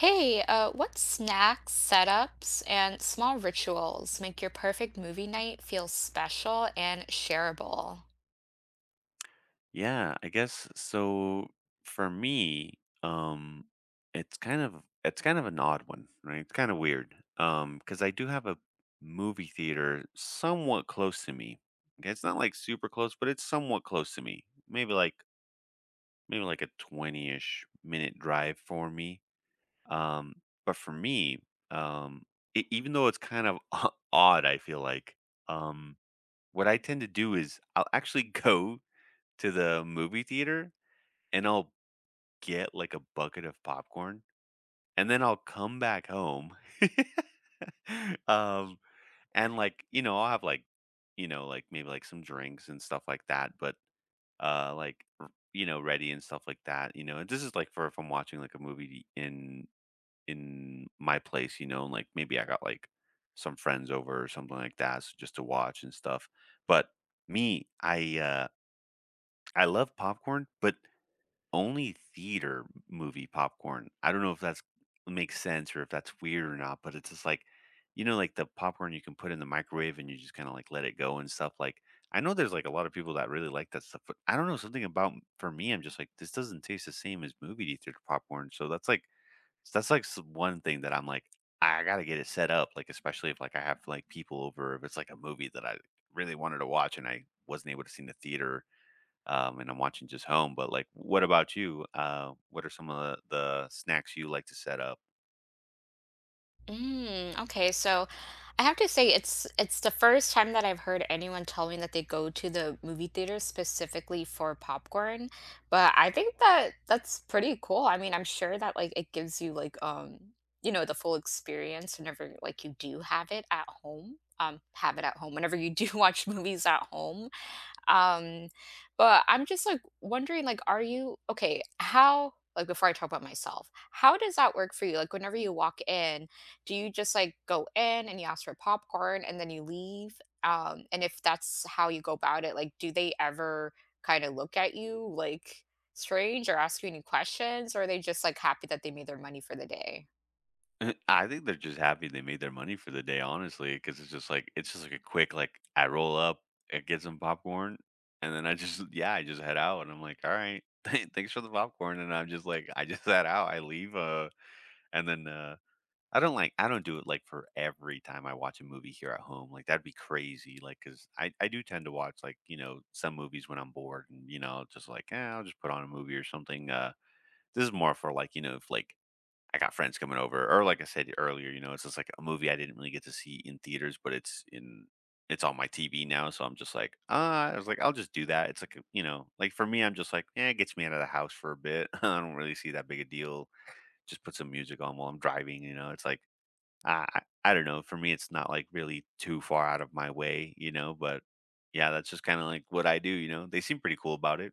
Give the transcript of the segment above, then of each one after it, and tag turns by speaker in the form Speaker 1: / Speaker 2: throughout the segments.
Speaker 1: Hey, what snacks, setups, and small rituals make your perfect movie night feel special and shareable?
Speaker 2: Yeah, I guess so. For me, it's kind of an odd one, right? It's kind of weird. Cuz I do have a movie theater somewhat close to me. Okay, it's not like super close, but it's somewhat close to me. Maybe like a 20ish minute drive for me. Um but for me, um even though it's kind of odd, I feel like um what I tend to do is I'll actually go to the movie theater and I'll get like a bucket of popcorn and then I'll come back home. um and like, I'll have like, like maybe like some drinks and stuff like that, but uh like r- you know, ready and stuff like that, you know. And this is like for if I'm watching like a movie in my place, you know, and like maybe I got like some friends over or something like that, so just to watch and stuff. But me, I I love popcorn, but only theater movie popcorn. I don't know if that's makes sense or if that's weird or not, but it's just like, you know, like the popcorn you can put in the microwave and you just kind of like let it go and stuff. Like, I know there's like a lot of people that really like that stuff, but I don't know something about for me. I'm just like, this doesn't taste the same as movie theater popcorn. So that's like one thing that I'm like, I gotta get it set up. Like, especially if like I have like people over, if it's like a movie that I really wanted to watch and I wasn't able to see in the theater and I'm watching just home. But like, what about you? What are some of the, snacks you like to set up?
Speaker 1: Mm, okay, so I have to say it's the first time that I've heard anyone tell me that they go to the movie theater specifically for popcorn, but I think that that's pretty cool. I mean, I'm sure that like it gives you like you know, the full experience whenever like you do have it at home. Have it at home whenever you do watch movies at home. Um, but I'm just like wondering, like, are you okay? How, like, before I talk about myself, how does that work for you? Like, whenever you walk in, do you just like go in and you ask for popcorn and then you leave? And if that's how you go about it, like, do they ever kind of look at you like strange or ask you any questions, or are they just like happy that they made their money for the day?
Speaker 2: I think they're just happy they made their money for the day, honestly, because it's just like a quick like I roll up, I get some popcorn, and then I just yeah I just head out, and I'm like, all right, thanks for the popcorn, and I'm just like I just head out, I leave, and then I don't like I don't do it, like, for every time I watch a movie here at home, like, that'd be crazy. Like, cause I do tend to watch, like, you know, some movies when I'm bored and, you know, just like, "Eh, I'll just put on a movie or something," this is more for, like, you know, if, like, I got friends coming over or like I said earlier, you know, it's just like a movie I didn't really get to see in theaters, but it's on my TV now, so I'm just like, "Ah," I was like, "I'll just do that." It's like a you know, like, for me, I'm just like, "Eh, it gets me out of the house for a bit." I don't really see that big a deal. Just put some music on while I'm driving, you know, it's like I don't know, for me, it's not, like, really too far out of my way, you know, but yeah, that's just kinda, like, what I do, you know? They seem pretty cool about it.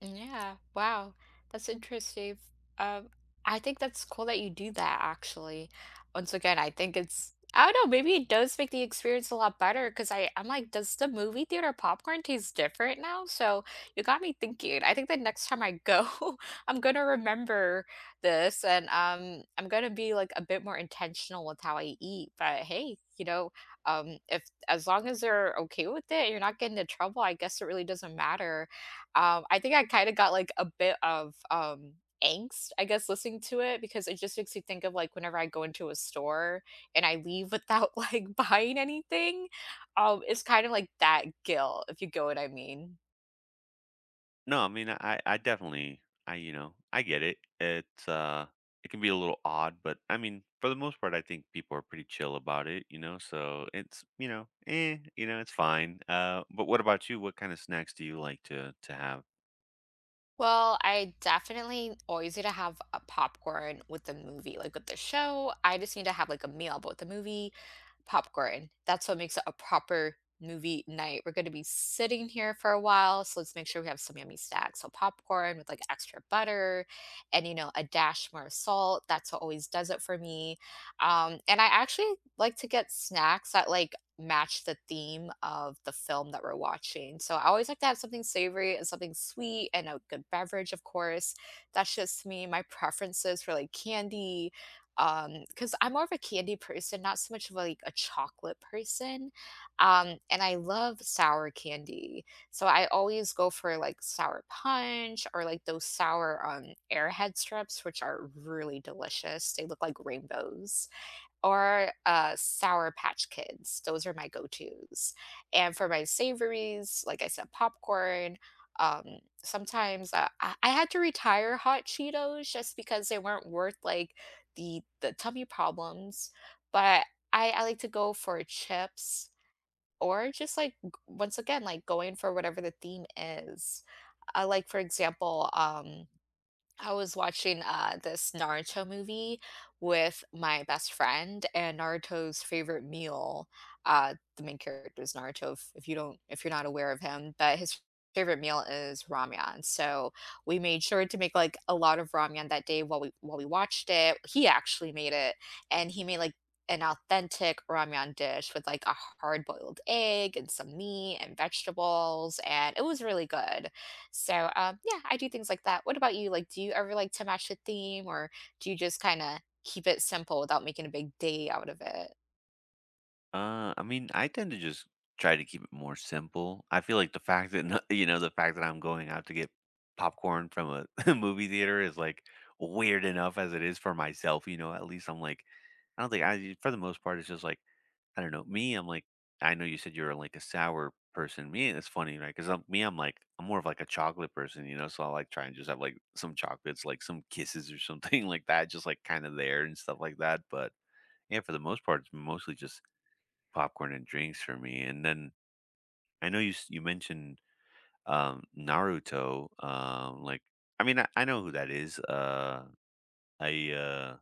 Speaker 1: Yeah, wow. That's interesting. Um, I think that's cool that you do that actually. Once again, I think it's I don't know, maybe it does make the experience a lot better because I'm like, does the movie theater popcorn taste different now? So you got me thinking. I think the next time I go, I'm gonna remember this and I'm gonna be like a bit more intentional with how I eat. But hey, you know, if as long as they're okay with it and you're not getting into trouble, I guess it really doesn't matter. I think I kind of got like a bit of angst, I guess, listening to it because it just makes me think of like whenever I go into a store and I leave without like buying anything. It's kind of like that guilt, if you get what I mean.
Speaker 2: No, I mean, I definitely I you know, I get it. It's, it can be a little odd, but, I mean, for the most part, I think people are pretty chill about it, you know? So, it's, you know, eh, you know, it's fine. But what about you? What kinda snacks do you like to have?
Speaker 1: Well, I definitely always need to have a popcorn with the movie. Like with the show, I just need to have like a meal, but with the movie, popcorn. That's what makes it a proper movie night. We're going to be sitting here for a while, so let's make sure we have some yummy snacks. So popcorn with like extra butter and you know, a dash more of salt. That's what always does it for me. And I actually like to get snacks that like match the theme of the film that we're watching. So I always like to have something savory and something sweet and a good beverage, of course. That's just me. My preferences for like candy, because I'm more of a candy person, not so much of like a chocolate person. And I love sour candy. So I always go for like sour punch or like those sour airhead strips, which are really delicious. They look like rainbows or Sour Patch Kids. Those are my go-tos. And for my savories, like I said, popcorn. Sometimes I had to retire hot Cheetos just because they weren't worth like the tummy problems. But I like to go for chips or just like once again like going for whatever the theme is. Like for example, I was watching this Naruto movie with my best friend, and Naruto's favorite meal. The main character is Naruto. If you're not aware of him, but his favorite meal is ramyun. So we made sure to make like a lot of ramyun that day while we watched it. He actually made it, and he made like an authentic ramyun dish with like a hard boiled egg and some meat and vegetables, and it was really good. So, yeah, I do things like that. What about you? Like, do you ever like to match the theme or do you just kind of keep it simple without making a big day out of it?
Speaker 2: I mean, I tend to just try to keep it more simple. I feel like the fact that No- you know the fact that I'm going out to get popcorn from a movie theater is like weird enough as it is for myself. You know, at least I'm like, I don't think I for the most part it's just like I don't know me. I'm like I know you said you're like a sour person. Me, it's funny, right? Because I'm, me, I'm like I'm more of like a chocolate person. You know, so I like try and just have like some chocolates, like some kisses or something like that, just like kind of there and stuff like that. But yeah, for the most part, it's mostly just popcorn and drinks for me. And then I know you you mentioned Naruto. Like, I mean, I know who that is. I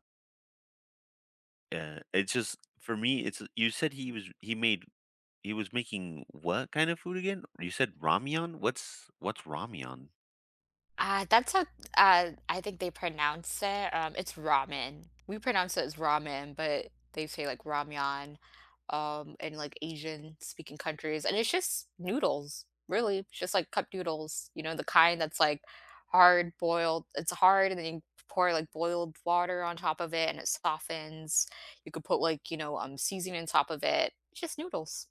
Speaker 2: it's just for me. It's you said he was he made he was making what kind of food again? You said ramyeon. What's ramyeon?
Speaker 1: That's how, I think they pronounce it. It's ramen. We pronounce it as ramen, but they say like ramyan, in like Asian speaking countries. And it's just noodles, really. It's just like cup noodles, you know, the kind that's like hard boiled. It's hard, and then you pour like boiled water on top of it and it softens. You could put like, you know, seasoning on top of it. It's just noodles.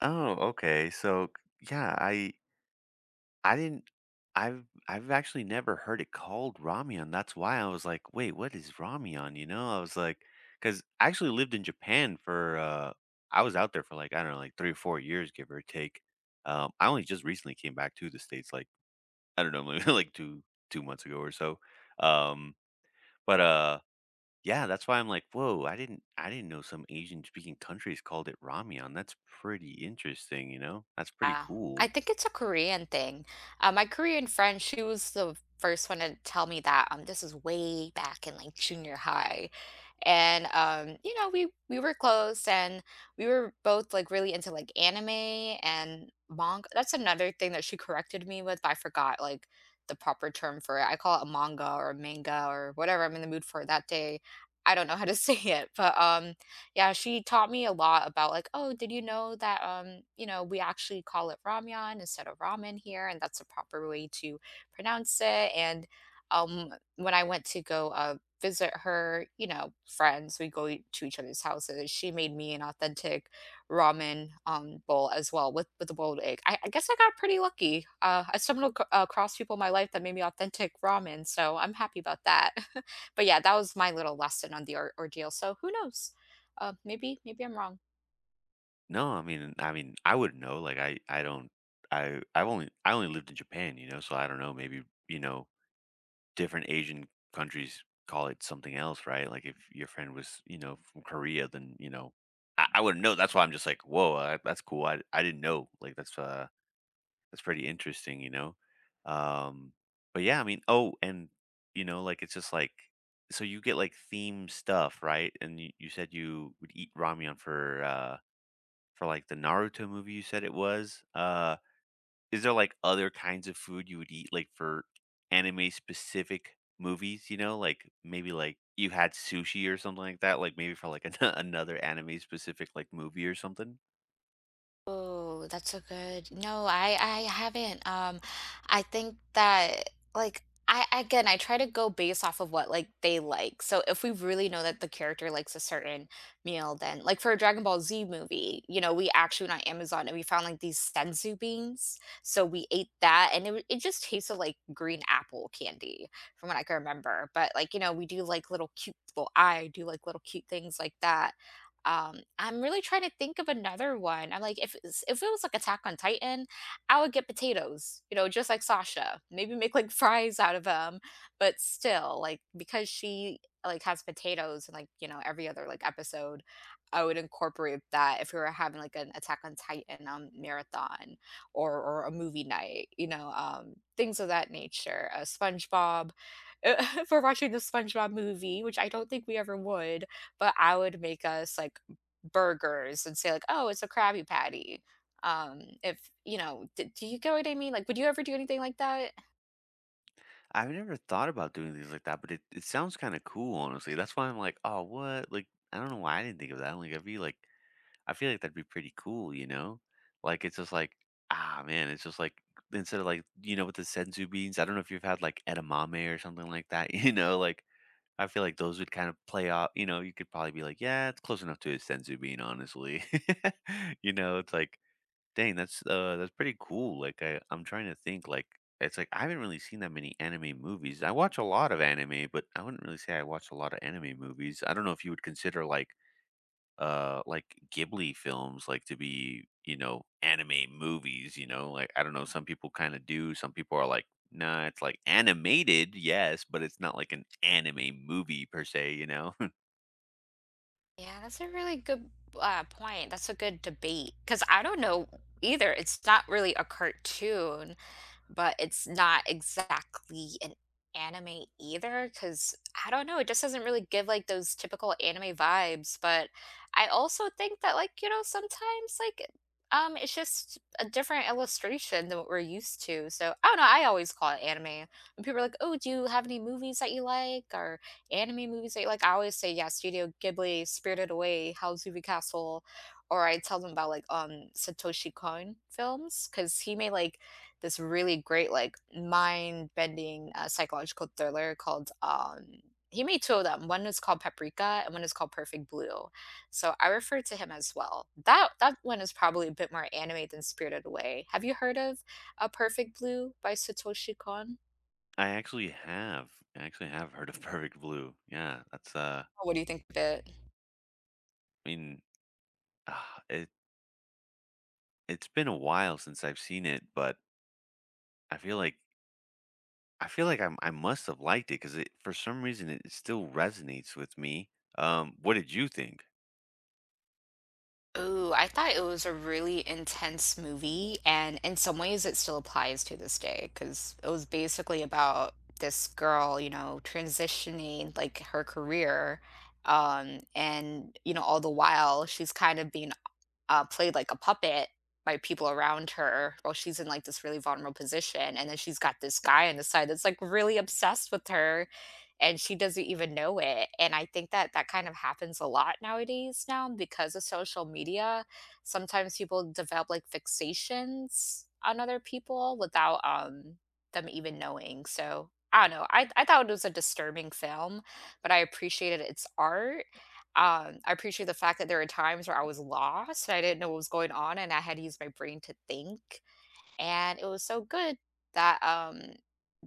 Speaker 2: Oh, okay. So yeah, I didn't I've actually never heard it called ramyeon. That's why I was like, "Wait, what is ramyeon?" You know? I was like 'cause I actually lived in Japan for, I was out there for, like, I don't know, like, 3 or 4 years, give or take. I only just recently came back to the States, like, I don't know, maybe like 2 months ago or so. Um, but, uh, yeah, that's why I'm like, "Whoa, I didn't know some Asian-speaking countries called it ramyeon. That's pretty interesting," you know? That's pretty
Speaker 1: Yeah, I
Speaker 2: cool.
Speaker 1: think it's a Korean thing. My Korean friend, she was the first one to tell me that. This is way back in like junior high, and you know, we were close, and we were both like really into like anime and manga. That's another thing that she corrected me with, but I forgot like the proper term for it. I call it a manga or whatever I'm in the mood for that day. I don't know how to say it, but yeah, she taught me a lot about like, oh, did you know that you know, we actually call it ramyun instead of ramen here, and that's the proper way to pronounce it. And when I went to go visit her, you know, friends, we go to each other's houses. She made me an authentic ramen bowl as well with a boiled egg. I guess I got pretty lucky. I stumbled across people in my life that made me authentic ramen, so I'm happy about that. But yeah, that was my little lesson on the ordeal. So who knows? Maybe I'm wrong.
Speaker 2: No, I mean, I wouldn't know, like, I don't I've only I only lived in Japan, you know, so I don't know, maybe, you know, different Asian countries call it something else, right? Like, if your friend was, you know, from Korea, then, you know, I wouldn't know, that's why I'm just like, "Whoa, I that's cool, I didn't know." Like, that's pretty interesting, you know? Um, but yeah, I mean oh, and, you know, like, it's just like so you get, like, theme stuff, right? And you said you would eat ramyeon for like the Naruto movie you said it was. Is there like other kinds of food you would eat like for anime specific movies? You know, like maybe like you had sushi or something like that. Like maybe for like another anime specific like movie or something.
Speaker 1: Oh, that's so good. No, I haven't. I think that like I again I try to go based off of what like they like. So if we really know that the character likes a certain meal, then like for a Dragon Ball Z movie, you know, we actually went on Amazon and we found like these senzu beans. So we ate that and it it just tasted like green apple candy from what I can remember. But like, you know, we do like little cute little I do like little cute things like that. I'm really trying to think of another one. I'm like, if it was like Attack on Titan, I would get potatoes, you know, just like Sasha. Maybe make like fries out of them, but still, like because she like has potatoes and like you know every other like episode, I would incorporate that if we were having like an Attack on Titan marathon or a movie night, you know, things of that nature. SpongeBob, for watching the SpongeBob movie, which I don't think we ever would but I would make us, like, burgers and say, like, "Oh, it's a Krabby Patty." If you know, d do you get what I mean? Like, would you ever do anything like that?
Speaker 2: I've never thought about doing things like that, but it sounds kind of cool, honestly. That's why I'm like, oh, what? Like, I don't know why I didn't think of that. Like, that'd be like I feel like that'd be pretty cool, you know? Like, it's just like, ah, man, it's just like, instead of like, you know, with the senzu beans, I don't know if you've had like edamame or something like that, you know? Like, I feel like those would kind of play off, you know, you could probably be like, yeah, it's close enough to a senzu bean, honestly. you know, it's like, dang, that's pretty cool. Like, I'm trying to think, like, it's like, I haven't really seen that many anime movies. I watch a lot of anime, but I wouldn't really say I watch a lot of anime movies. I don't know if you would consider like Ghibli films like to be, you know, anime movies, you know? Like I don't know, some people kind of do, some people are like, "Nah, it's like animated, yes, but it's not like an anime movie per se, you know?"
Speaker 1: Yeah, that's a really good, point. That's a good debate because I don't know either. It's not really a cartoon, but it's not exactly an anime either because I don't know, it just doesn't really give like those typical anime vibes. But I also think that like, you know, sometimes like it's just a different illustration than what we're used to. So I don't know, I always call it anime. When people are like, oh, do you have any movies that you like or anime movies that you like? I always say yeah, Studio Ghibli, Spirited Away, Howl's Moving Castle, or I tell them about like Satoshi Kon films because he made like this really great, like, mind-bending, psychological thriller called, he made 2 of them. One is called Paprika and one is called Perfect Blue. So I refer to him as well. That one is probably a bit more anime than Spirited Away. Have you heard of a Perfect Blue by Satoshi Kon?
Speaker 2: I actually have. I actually have heard of Perfect Blue. Yeah, that's
Speaker 1: What do you think of it?
Speaker 2: I mean, ah, it's been a while since I've seen it, but I feel like I feel like I'm, I must have liked it because it for some reason it still resonates with me. What did you think?
Speaker 1: Ooh, I thought it was a really intense movie, and in some ways it still applies to this day. Because it was basically about this girl, you know, transitioning, like, her career, and, you know, all the while, she's kind of being played like a puppet by people around her while she's in like this really vulnerable position. And then she's got this guy on the side that's like really obsessed with her and she doesn't even know it. And I think that that kind of happens a lot nowadays now because of social media. Sometimes people develop like fixations on other people without them even knowing. So I don't know. I thought it was a disturbing film, but I appreciated its art, I appreciate the fact that there are times where I was lost and I didn't know what was going on and I had to use my brain to think. And it was so good that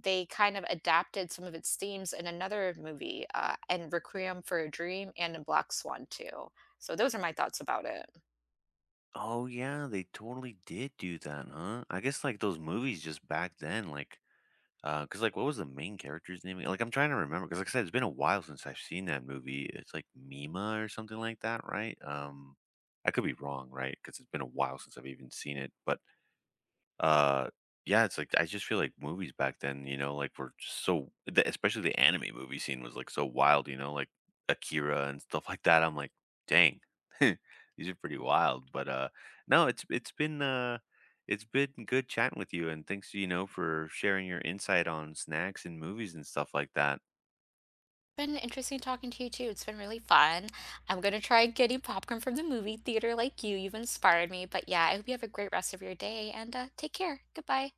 Speaker 1: they kind of adapted some of its themes in another movie, and Requiem for a Dream and in Black Swan too. So those are my thoughts about it.
Speaker 2: Oh yeah, they totally did do that, huh? I guess like those movies just back then, like, cause like what was the main character's name? Like I'm trying to remember, cause like I said, it's been a while since I've seen that movie. It's like Mima or something like that, right? I could be wrong, right? Cause it's been a while since I've even seen it, but uh, yeah, it's like I just feel like movies back then, you know, like were just so, especially the anime movie scene was like so wild, you know, like Akira and stuff like that. I'm like, dang, these are pretty wild. But no, it's been good chatting with you, and thanks, you know, for sharing your insight on snacks and movies and stuff like that.
Speaker 1: Been interesting talking to you too. It's been really fun. I'm gonna try getting popcorn from the movie theater like you. You've inspired me. But yeah, I hope you have a great rest of your day and take care. Goodbye.